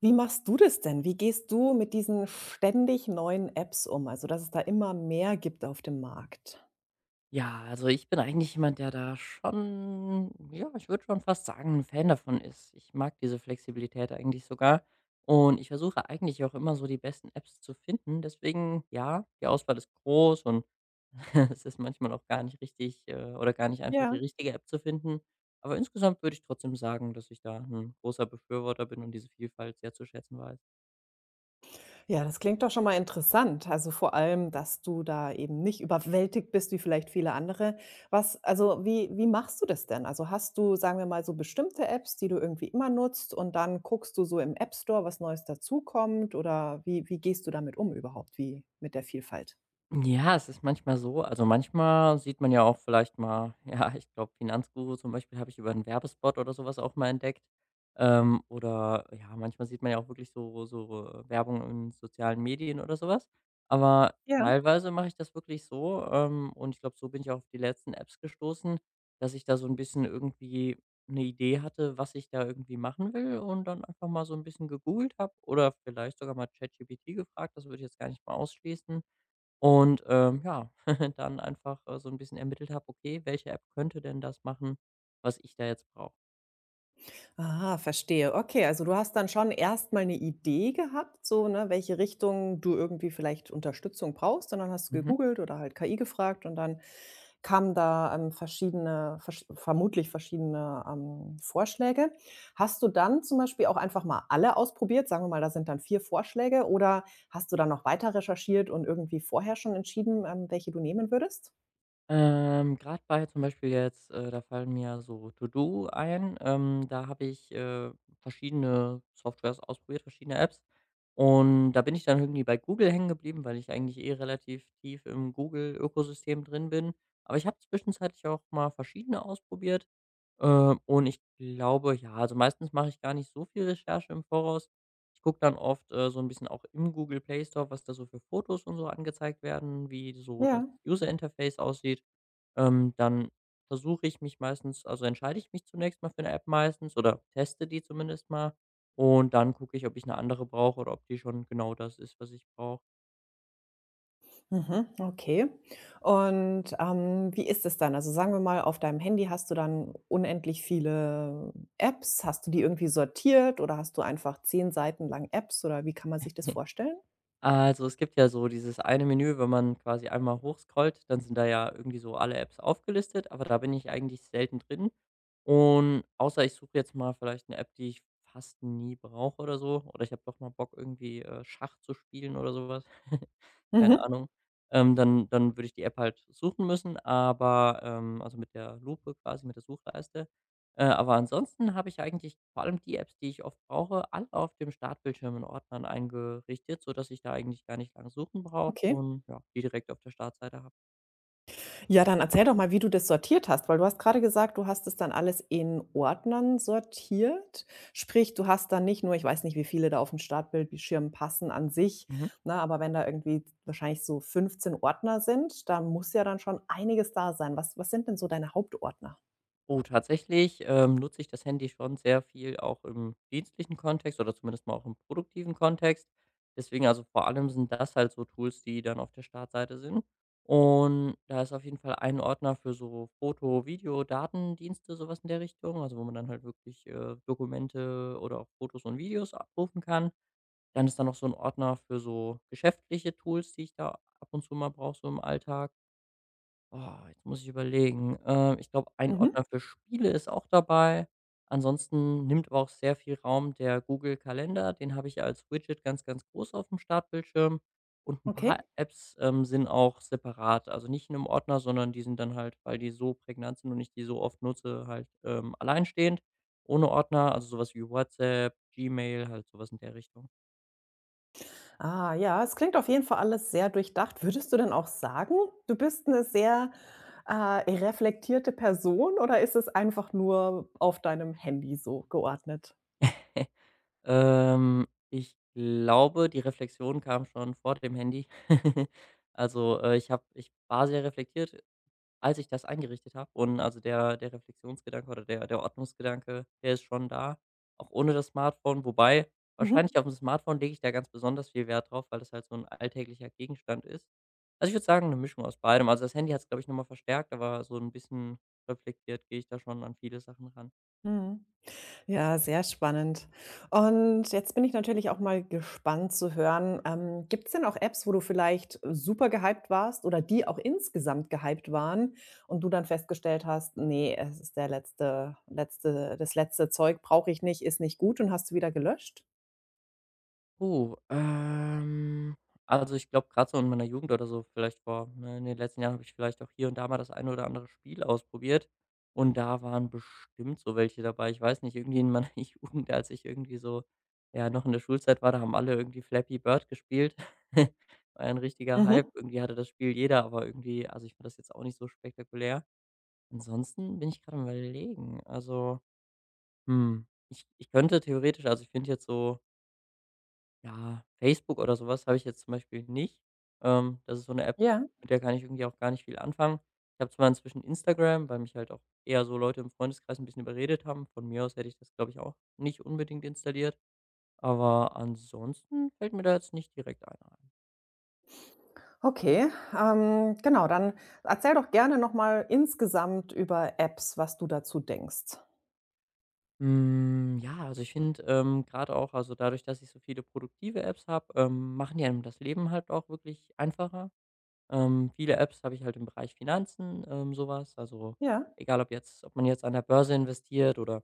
Wie machst du das denn? Wie gehst du mit diesen ständig neuen Apps um? Also, dass es da immer mehr gibt auf dem Markt. Ja, also ich bin eigentlich jemand, der da schon, ja, ich würde schon fast sagen, ein Fan davon ist. Ich mag diese Flexibilität eigentlich sogar und ich versuche eigentlich auch immer so die besten Apps zu finden. Deswegen, ja, die Auswahl ist groß und es ist manchmal auch gar nicht richtig, oder gar nicht einfach, die Ja. richtige App zu finden. Aber insgesamt würde ich trotzdem sagen, dass ich da ein großer Befürworter bin und diese Vielfalt sehr zu schätzen weiß. Ja, das klingt doch schon mal interessant. Also, vor allem, dass du da eben nicht überwältigt bist wie vielleicht viele andere. Was also, wie machst du das denn? Also, hast du, sagen wir mal, so bestimmte Apps, die du irgendwie immer nutzt und dann guckst du so im App Store, was Neues dazukommt oder wie gehst du damit um überhaupt, wie mit der Vielfalt? Ja, es ist manchmal so. Also manchmal sieht man ja auch vielleicht mal, ja, ich glaube, Finanzguru zum Beispiel habe ich über 'n Werbespot oder sowas auch mal entdeckt. Oder ja, manchmal sieht man ja auch wirklich so Werbung in sozialen Medien oder sowas. Aber Ja. teilweise mache ich das wirklich so, und ich glaube, so bin ich auch auf die letzten Apps gestoßen, dass ich da so ein bisschen irgendwie eine Idee hatte, was ich da irgendwie machen will und dann einfach mal so ein bisschen gegoogelt habe oder vielleicht sogar mal ChatGPT gefragt. Das würde ich jetzt gar nicht mal ausschließen. Und, ja, dann einfach, so ein bisschen ermittelt habe, okay, welche App könnte denn das machen, was ich da jetzt brauche. Aha, verstehe. Okay, also du hast dann schon erst mal 'ne Idee gehabt, so, ne, welche Richtung du irgendwie vielleicht Unterstützung brauchst und dann hast du Mhm. gegoogelt oder halt KI gefragt und dann kamen da, verschiedene versch vermutlich verschiedene, Vorschläge. Hast du dann zum Beispiel auch einfach mal alle ausprobiert? Sagen wir mal, da sind dann 4 Vorschläge oder hast du dann noch weiter recherchiert und irgendwie vorher schon entschieden, welche du nehmen würdest? Grad bei zum Beispiel jetzt, da fallen mir so To-Do ein, da habe ich, verschiedene Softwares ausprobiert, verschiedene Apps. Und da bin ich dann irgendwie bei Google hängen geblieben, weil ich eigentlich eh relativ tief im Google-Ökosystem drin bin. Aber ich habe zwischenzeitlich auch mal verschiedene ausprobiert. Und ich glaube, ja, also meistens mache ich gar nicht so viel Recherche im Voraus. Ich gucke dann oft so ein bisschen auch im Google Play Store, was da so für Fotos und so angezeigt werden, wie so das Ja. User Interface aussieht. Dann versuche ich mich meistens also entscheide ich mich zunächst mal für eine App meistens oder teste die zumindest mal und dann gucke ich, ob ich eine andere brauche oder ob die schon genau das ist, was ich brauche. Mhm, okay. Und, wie ist es dann? Also, sagen wir mal, auf deinem Handy hast du dann unendlich viele Apps. Hast du die irgendwie sortiert oder hast du einfach zehn Seiten lang Apps oder wie kann man sich das vorstellen? Also, es gibt ja so dieses eine Menü, wenn man quasi einmal hochscrollt, dann sind da ja irgendwie so alle Apps aufgelistet, aber da bin ich eigentlich selten drin. Und außer ich suche jetzt mal vielleicht eine App, die ich fast nie brauche oder so, oder ich habe doch mal Bock, irgendwie, Schach zu spielen oder sowas. Keine Mhm, Ahnung. Dann würde ich die App halt suchen müssen, aber, also, mit der Lupe quasi, mit der Suchleiste. Aber ansonsten habe ich eigentlich vor allem die Apps, die ich oft brauche, alle auf dem Startbildschirm in Ordnern eingerichtet, sodass ich da eigentlich gar nicht lang suchen brauche okay. und ja, die direkt auf der Startseite habe. Ja, dann erzähl doch mal, wie du das sortiert hast, weil du hast gerade gesagt, du hast es dann alles in Ordnern sortiert. Sprich, du hast dann nicht nur ich weiß nicht, wie viele da auf dem Startbildschirm passen an sich, Mhm. ne, aber wenn da irgendwie wahrscheinlich so 15 Ordner sind, da muss ja dann schon einiges da sein. Was sind denn so deine Hauptordner? Oh, tatsächlich, nutze ich das Handy schon sehr viel auch im dienstlichen Kontext oder zumindest mal auch im produktiven Kontext. Deswegen, also vor allem sind das halt so Tools, die dann auf der Startseite sind. Und da ist auf jeden Fall ein Ordner für so Foto, Video, Datendienste, sowas in der Richtung, also wo man dann halt wirklich Dokumente oder auch Fotos und Videos abrufen kann. Dann ist da noch so ein Ordner für so geschäftliche Tools, die ich da ab und zu mal brauche, so im Alltag. Ah, jetzt muss ich überlegen. Ich glaube, ein Mhm, Ordner für Spiele ist auch dabei. Ansonsten nimmt aber auch sehr viel Raum der Google-Kalender. Den habe ich ja als Widget ganz, ganz groß auf dem Startbildschirm. Und ein okay. paar Apps sind auch separat. Also nicht in einem Ordner, sondern die sind dann halt, weil die so prägnant sind und ich die so oft nutze, halt alleinstehend, ohne Ordner. Also sowas wie WhatsApp, Gmail, halt sowas in der Richtung. Ah ja, es klingt auf jeden Fall alles sehr durchdacht. Würdest du denn auch sagen, du bist eine sehr, reflektierte Person oder ist es einfach nur auf deinem Handy so geordnet? Ich glaube, die Reflexion kam schon vor dem Handy. Also, ich war sehr reflektiert, als ich das eingerichtet habe und also der Reflexionsgedanke oder der Ordnungsgedanke, der ist schon da, auch ohne das Smartphone. Wobei, Mhm. wahrscheinlich aufm Smartphone lege ich da ganz besonders viel Wert drauf, weil das halt so ein alltäglicher Gegenstand ist. Also, ich würde sagen, eine Mischung aus beidem. Also, das Handy hat es, glaube ich, noch mal verstärkt, aber so ein bisschen reflektiert gehe ich da schon an viele Sachen ran. Mhm. Ja, sehr spannend. Und jetzt bin ich natürlich auch mal gespannt zu hören, gibt es denn auch Apps, wo du vielleicht super gehypt warst oder die auch insgesamt gehypt waren und du dann festgestellt hast: nee, es ist der letzte das letzte Zeug brauche ich nicht, ist nicht gut“, und hast du wieder gelöscht? Oh, also ich glaube, gerade so in meiner Jugend oder so, vielleicht vor ne, in den letzten Jahren habe ich vielleicht auch hier und da mal das eine oder andere Spiel ausprobiert. Und da waren bestimmt so welche dabei. Ich weiß nicht, irgendwie in meiner Jugend, als ich irgendwie so, ja, noch in der Schulzeit war, da haben alle irgendwie Flappy Bird gespielt. War ja ein richtiger Hype. Mhm. Irgendwie hatte das Spiel jeder, aber irgendwie, also ich fand das jetzt auch nicht so spektakulär. Ansonsten bin ich gerade am Überlegen. Also, hm, ich könnte theoretisch, also ich finde jetzt so ja, Facebook oder sowas habe ich jetzt zum Beispiel nicht. Das ist so eine App, Ja, mit der kann ich irgendwie auch gar nicht viel anfangen. Ich habe zwar inzwischen Instagram, weil mich halt auch eher so Leute im Freundeskreis ein bisschen überredet haben. Von mir aus hätte ich das, glaube ich, auch nicht unbedingt installiert, aber ansonsten fällt mir da jetzt nicht direkt einer ein. okay. Genau, dann erzähl doch gerne noch mal insgesamt über Apps, was du dazu denkst. Hm, ja, also ich finde, grade auch also dadurch, dass ich so viele produktive Apps habe, machen die einem das Leben halt auch wirklich einfacher. Viele Apps habe ich halt im Bereich Finanzen, so Also, Ja. egal ob man jetzt an der Börse investiert oder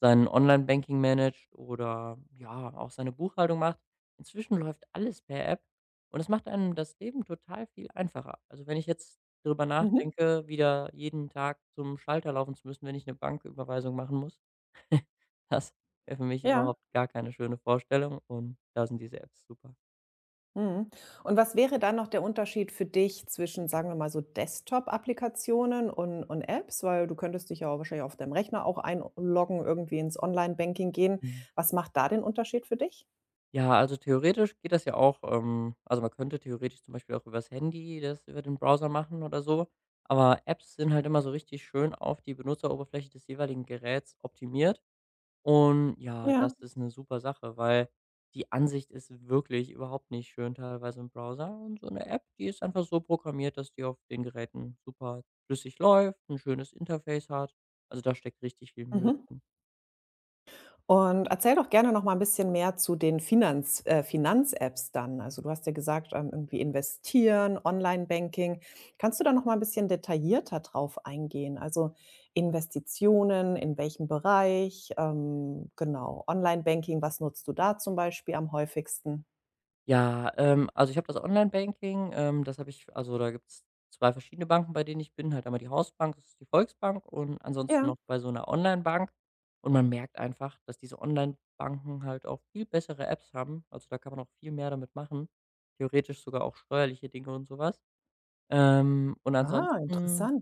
sein Online-Banking managt oder, ja, auch seine Buchhaltung macht. Inzwischen läuft alles per App und es macht einem das Leben total viel einfacher. Also, wenn ich jetzt drüber Mhm. nachdenke, wieder jeden Tag zum Schalter laufen zu müssen, wenn ich eine Banküberweisung machen muss, das wäre für mich Ja. überhaupt gar keine schöne Vorstellung und da sind diese Apps super. Mhm. Und was wäre dann noch der Unterschied für dich zwischen, sagen wir mal, so Desktop-Applikationen und Apps? Weil du könntest dich ja wahrscheinlich auf deinem Rechner auch einloggen, irgendwie ins Online-Banking gehen. Mhm. Was macht da den Unterschied für dich? Ja, also theoretisch geht das ja auch, also, man könnte theoretisch zum Beispiel auch übers Handy das über den Browser machen oder so, aber Apps sind halt immer so richtig schön auf die Benutzeroberfläche des jeweiligen Geräts optimiert. Und ja, Ja. das ist eine super Sache, weil die Ansicht ist wirklich überhaupt nicht schön teilweise im Browser und so eine App, die ist einfach so programmiert, dass die auf den Geräten super flüssig läuft, ein schönes Interface hat. Also, da steckt richtig viel Mühe Mhm. drin. Und erzähl doch gerne noch mal ein bisschen mehr zu den Finanz-Apps dann. Also, du hast ja gesagt, irgendwie investieren, Online-Banking. Kannst du da noch mal ein bisschen detaillierter drauf eingehen? Also, Investitionen, in welchem Bereich, genau, Online-Banking, was nutzt du da zum Beispiel am häufigsten? Ja, also ich habe das Online-Banking, das habe ich also da gibt es 2 verschiedene Banken, bei denen ich bin, halt einmal die Hausbank, das ist die Volksbank und ansonsten Ja. noch bei so einer Online-Bank. Und man merkt einfach, dass diese Online-Banken halt auch viel bessere Apps haben. Also, da kann man auch viel mehr damit machen, theoretisch sogar auch steuerliche Dinge und sowas. Und Ah, ansonsten interessant.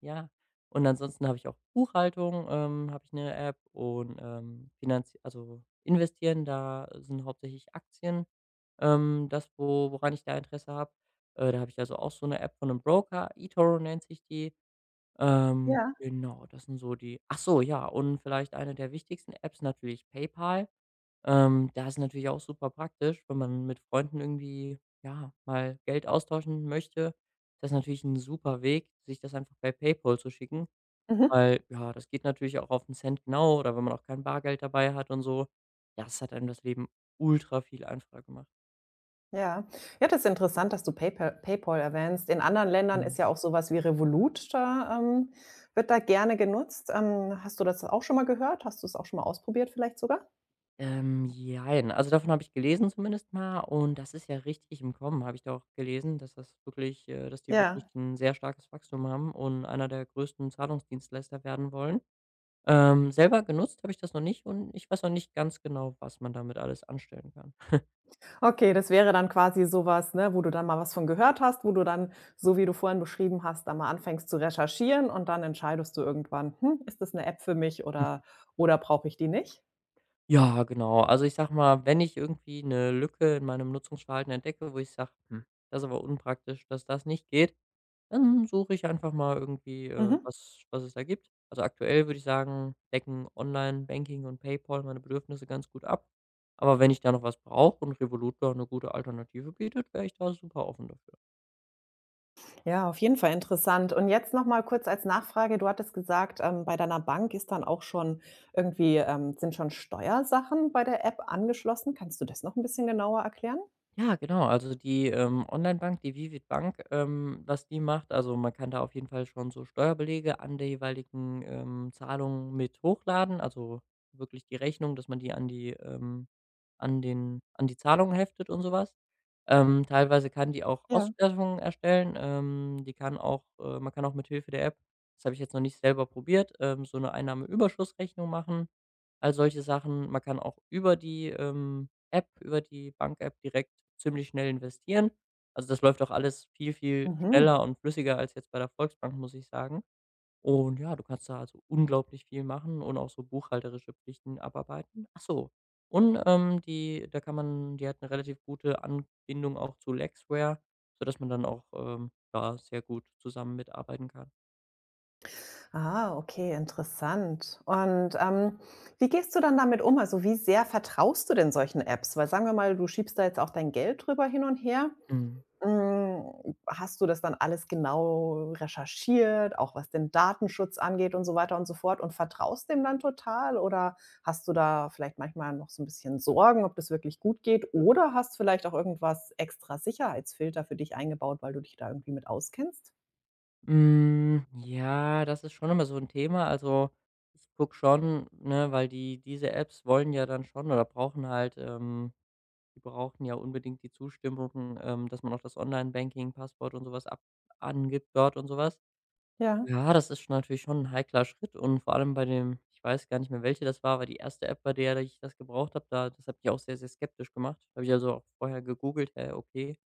ja. Und ansonsten habe ich auch Buchhaltung, habe ich eine App und, finanz also, investieren, da sind hauptsächlich Aktien, das, wo woran ich da Interesse habe. Da habe ich also auch so eine App von einem Broker, eToro nennt sich die. Ja. Genau, das sind so die ach so, ja, und vielleicht eine der wichtigsten Apps natürlich PayPal. Da ist natürlich auch super praktisch, wenn man mit Freunden irgendwie, ja, mal Geld austauschen möchte. Das ist natürlich ein super Weg, sich das einfach bei PayPal zu schicken, Mhm. weil, ja, das geht natürlich auch auf den Cent genau oder wenn man auch kein Bargeld dabei hat und so. Ja, das hat einem das Leben ultra viel einfacher gemacht. Ja. Ja, das ist interessant, dass du PayPal erwähnst. In anderen Ländern ist Mhm. ja auch sowas wie Revolut da wird da gerne genutzt. Hast du das auch schon mal gehört? Hast du es auch schon mal ausprobiert vielleicht sogar? Jein, also davon habe ich gelesen zumindest mal und das ist ja richtig im Kommen, habe ich da auch gelesen, dass das wirklich dass die wirklich Ja. ein sehr starkes Wachstum haben und einer der größten Zahlungsdienstleister werden wollen. Selber genutzt habe ich das noch nicht und ich weiß noch nicht ganz genau, was man damit alles anstellen kann. Okay, das wäre dann quasi sowas, ne, wo du dann mal was von gehört hast, wo du dann, so wie du vorhin beschrieben hast, dann mal anfängst zu recherchieren und dann entscheidest du irgendwann: „Hm, ist das eine App für mich Hm. Oder brauche ich die nicht?“ Ja, genau. Also, ich sage mal, wenn ich irgendwie eine Lücke in meinem Nutzungsverhalten entdecke, wo ich sage: „Hm, das ist aber unpraktisch, dass das nicht geht“, dann suche ich einfach mal irgendwie, Mhm. was was es da gibt. Also, aktuell würde ich sagen, decken Online-Banking und PayPal meine Bedürfnisse ganz gut ab. Aber wenn ich da noch was brauche und Revolut da eine gute Alternative bietet, wäre ich da super offen dafür. Ja, auf jeden Fall interessant. Und jetzt noch mal kurz als Nachfrage. Du hattest gesagt, bei deiner Bank ist dann auch schon irgendwie sind schon Steuersachen bei der App angeschlossen. Kannst du das noch ein bisschen genauer erklären? Ja, genau. Also die, Onlinebank, die Vivid Bank, was die macht also man kann da auf jeden Fall schon so Steuerbelege an der jeweiligen, Zahlung mit hochladen, also wirklich die Rechnung, dass man die an die, Zahlung heftet und sowas. Teilweise kann die auch Ja. Auswertungen erstellen, die kann auch man kann auch mit Hilfe der App, das habe ich jetzt noch nicht selber probiert, so eine Einnahmeüberschussrechnung machen, all solche Sachen. Man kann auch über die App über die Bank-App direkt ziemlich schnell investieren. Also, das läuft auch alles viel, viel Mhm. schneller und flüssiger als jetzt bei der Volksbank, muss ich sagen. Und ja, du kannst da also unglaublich viel machen und auch so buchhalterische Pflichten abarbeiten. Ach so, und, die da kann man die hat eine relativ gute Anbindung auch zu Lexware, sodass man dann auch, da sehr gut zusammen mitarbeiten kann. Ah, okay, interessant. Und, wie gehst du dann damit um? Also, wie sehr vertraust du denn solchen Apps? Weil sagen wir mal, du schiebst da jetzt auch dein Geld drüber hin und her. Mhm. Hm, hast du das dann alles genau recherchiert, auch was den Datenschutz angeht und so weiter und so fort und vertraust dem dann total oder hast du da vielleicht manchmal noch so 'n bisschen Sorgen, ob das wirklich gut geht oder hast vielleicht auch irgendwas extra Sicherheitsfilter für dich eingebaut, weil du dich da irgendwie mit auskennst? Hm, ja, das ist schon immer so ein Thema. Also, ich gucke schon, ne, weil die diese Apps wollen ja dann schon oder brauchen halt die brauchen ja unbedingt die Zustimmung, dass man auch das Online-Banking, Passwort und sowas was ab angibt dort und sowas. Ja. Ja, das ist schon natürlich schon ein heikler Schritt und vor allem bei dem ich weiß gar nicht mehr, welche das war, aber die erste App, bei der ich das gebraucht habe, da das hat mich auch sehr, sehr skeptisch gemacht. Habe ich also auch vorher gegoogelt: „Hä, okay,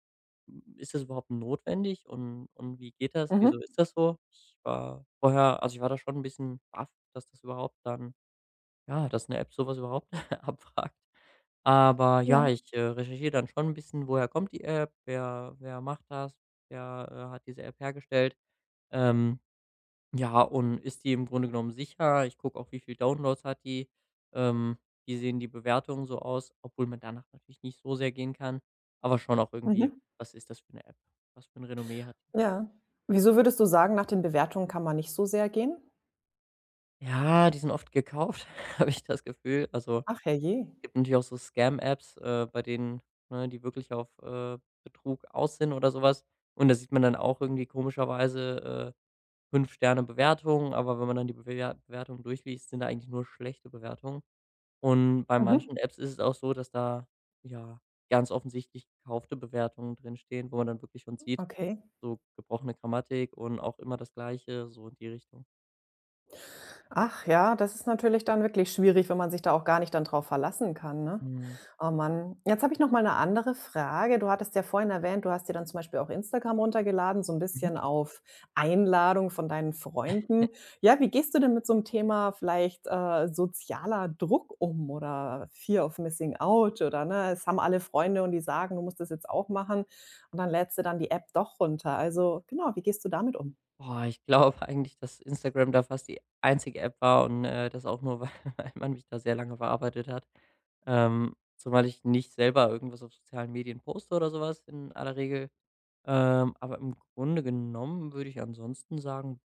hm, ist das überhaupt notwendig und wie geht das? Wieso Mhm. ist das so? Ich war vorher also, ich war da schon ein bisschen baff, dass das überhaupt dann ja, dass eine App sowas überhaupt abfragt. Aber Ja. ja, ich, recherchiere dann schon ein bisschen, woher kommt die App, wer macht das, wer, hat diese App hergestellt. Ähm ja, und ist die im Grunde genommen sicher? Ich gucke auch, wie viel Downloads hat die. Ähm, Wie sehen die Bewertungen so aus? Obwohl man danach natürlich nicht so sehr gehen kann, aber schon auch irgendwie, Mhm. was ist das für eine App? Was für ein Renommee hat die? Ja. Wieso würdest du sagen, nach den Bewertungen kann man nicht so sehr gehen? Ja, die sind oft gekauft, habe ich das Gefühl. Also, Ach, herrje. gibt natürlich auch so Scam-Apps, bei denen ne, die wirklich auf, Betrug aus sind oder sowas. Und da sieht man dann auch irgendwie komischerweise, 5 Sterne Bewertungen, aber wenn man dann die Bewertungen durchliest, sind da eigentlich nur schlechte Bewertungen. Und bei Mhm. manchen Apps ist es auch so, dass da, ja, ganz offensichtlich gekaufte Bewertungen drinstehen, wo man dann wirklich schon sieht, Okay. so gebrochene Grammatik und auch immer das Gleiche, so in die Richtung. Ach ja, das ist natürlich dann wirklich schwierig, wenn man sich da auch gar nicht dann drauf verlassen kann, ne? Mhm. Oh Mann. Jetzt habe ich noch mal eine andere Frage. Du hattest ja vorhin erwähnt, du hast dir dann zum Beispiel auch Instagram runtergeladen, so ein Mhm. bisschen auf Einladung von deinen Freunden. Ja, wie gehst du denn mit so einem Thema vielleicht, sozialer Druck um oder Fear of Missing Out oder, ne, es haben alle Freunde und die sagen, du musst das jetzt auch machen und dann lädst du dann die App doch runter. Also, genau, wie gehst du damit um? Boah, ich glaube eigentlich, dass Instagram da fast die einzige App war und, das auch nur, weil weil man mich da sehr lange verarbeitet hat. Zumal ich nicht selber irgendwas auf sozialen Medien poste oder sowas in aller Regel. Aber im Grunde genommen würde ich ansonsten sagen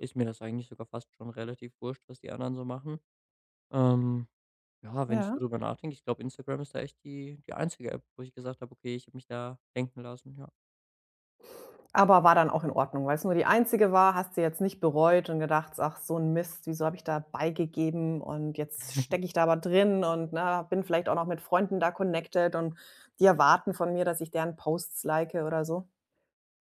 ist mir das eigentlich sogar fast schon relativ wurscht, was die anderen so machen. Ähm, ja, wenn ich Ja. so drüber nachdenke, ich glaube, Instagram ist da echt die einzige App, wo ich gesagt habe: „Okay, ich habe mich da lenken lassen“, ja. Aber war dann auch in Ordnung, weil es nur die einzige war, hast du jetzt nicht bereut und gedacht: „Ach, so ein Mist, wieso habe ich da beigegeben und jetzt stecke ich da aber drin und, ne, bin vielleicht auch noch mit Freunden da connected und die erwarten von mir, dass ich deren Posts like oder so?“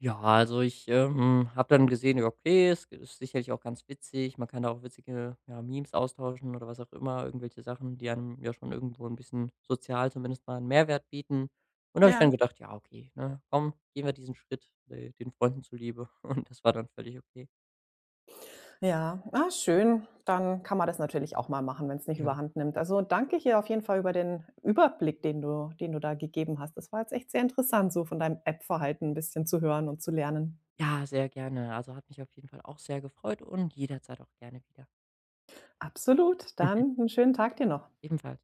Ja, also ich, habe dann gesehen, ja, okay, es ist sicherlich auch ganz witzig. Man kann da auch witzige, ja, Memes austauschen oder was auch immer, irgendwelche Sachen, die einem ja schon irgendwo ein bisschen sozial zumindest mal einen Mehrwert bieten. Und da habe ich dann Ja. gedacht: „Ja, okay, ne, komm, gehen wir diesen Schritt, den Freunden zuliebe.“ Und das war dann völlig okay. Ja, ah, schön. Dann kann man das natürlich auch mal machen, wenn es nicht Ja. überhand nimmt. Also, danke hier auf jeden Fall über den Überblick, den du da gegeben hast. Das war jetzt echt sehr interessant, so von deinem App-Verhalten ein bisschen zu hören und zu lernen. Ja, sehr gerne. Also, hat mich auf jeden Fall auch sehr gefreut und jederzeit auch gerne wieder. Absolut, dann einen schönen Tag dir noch. Ebenfalls.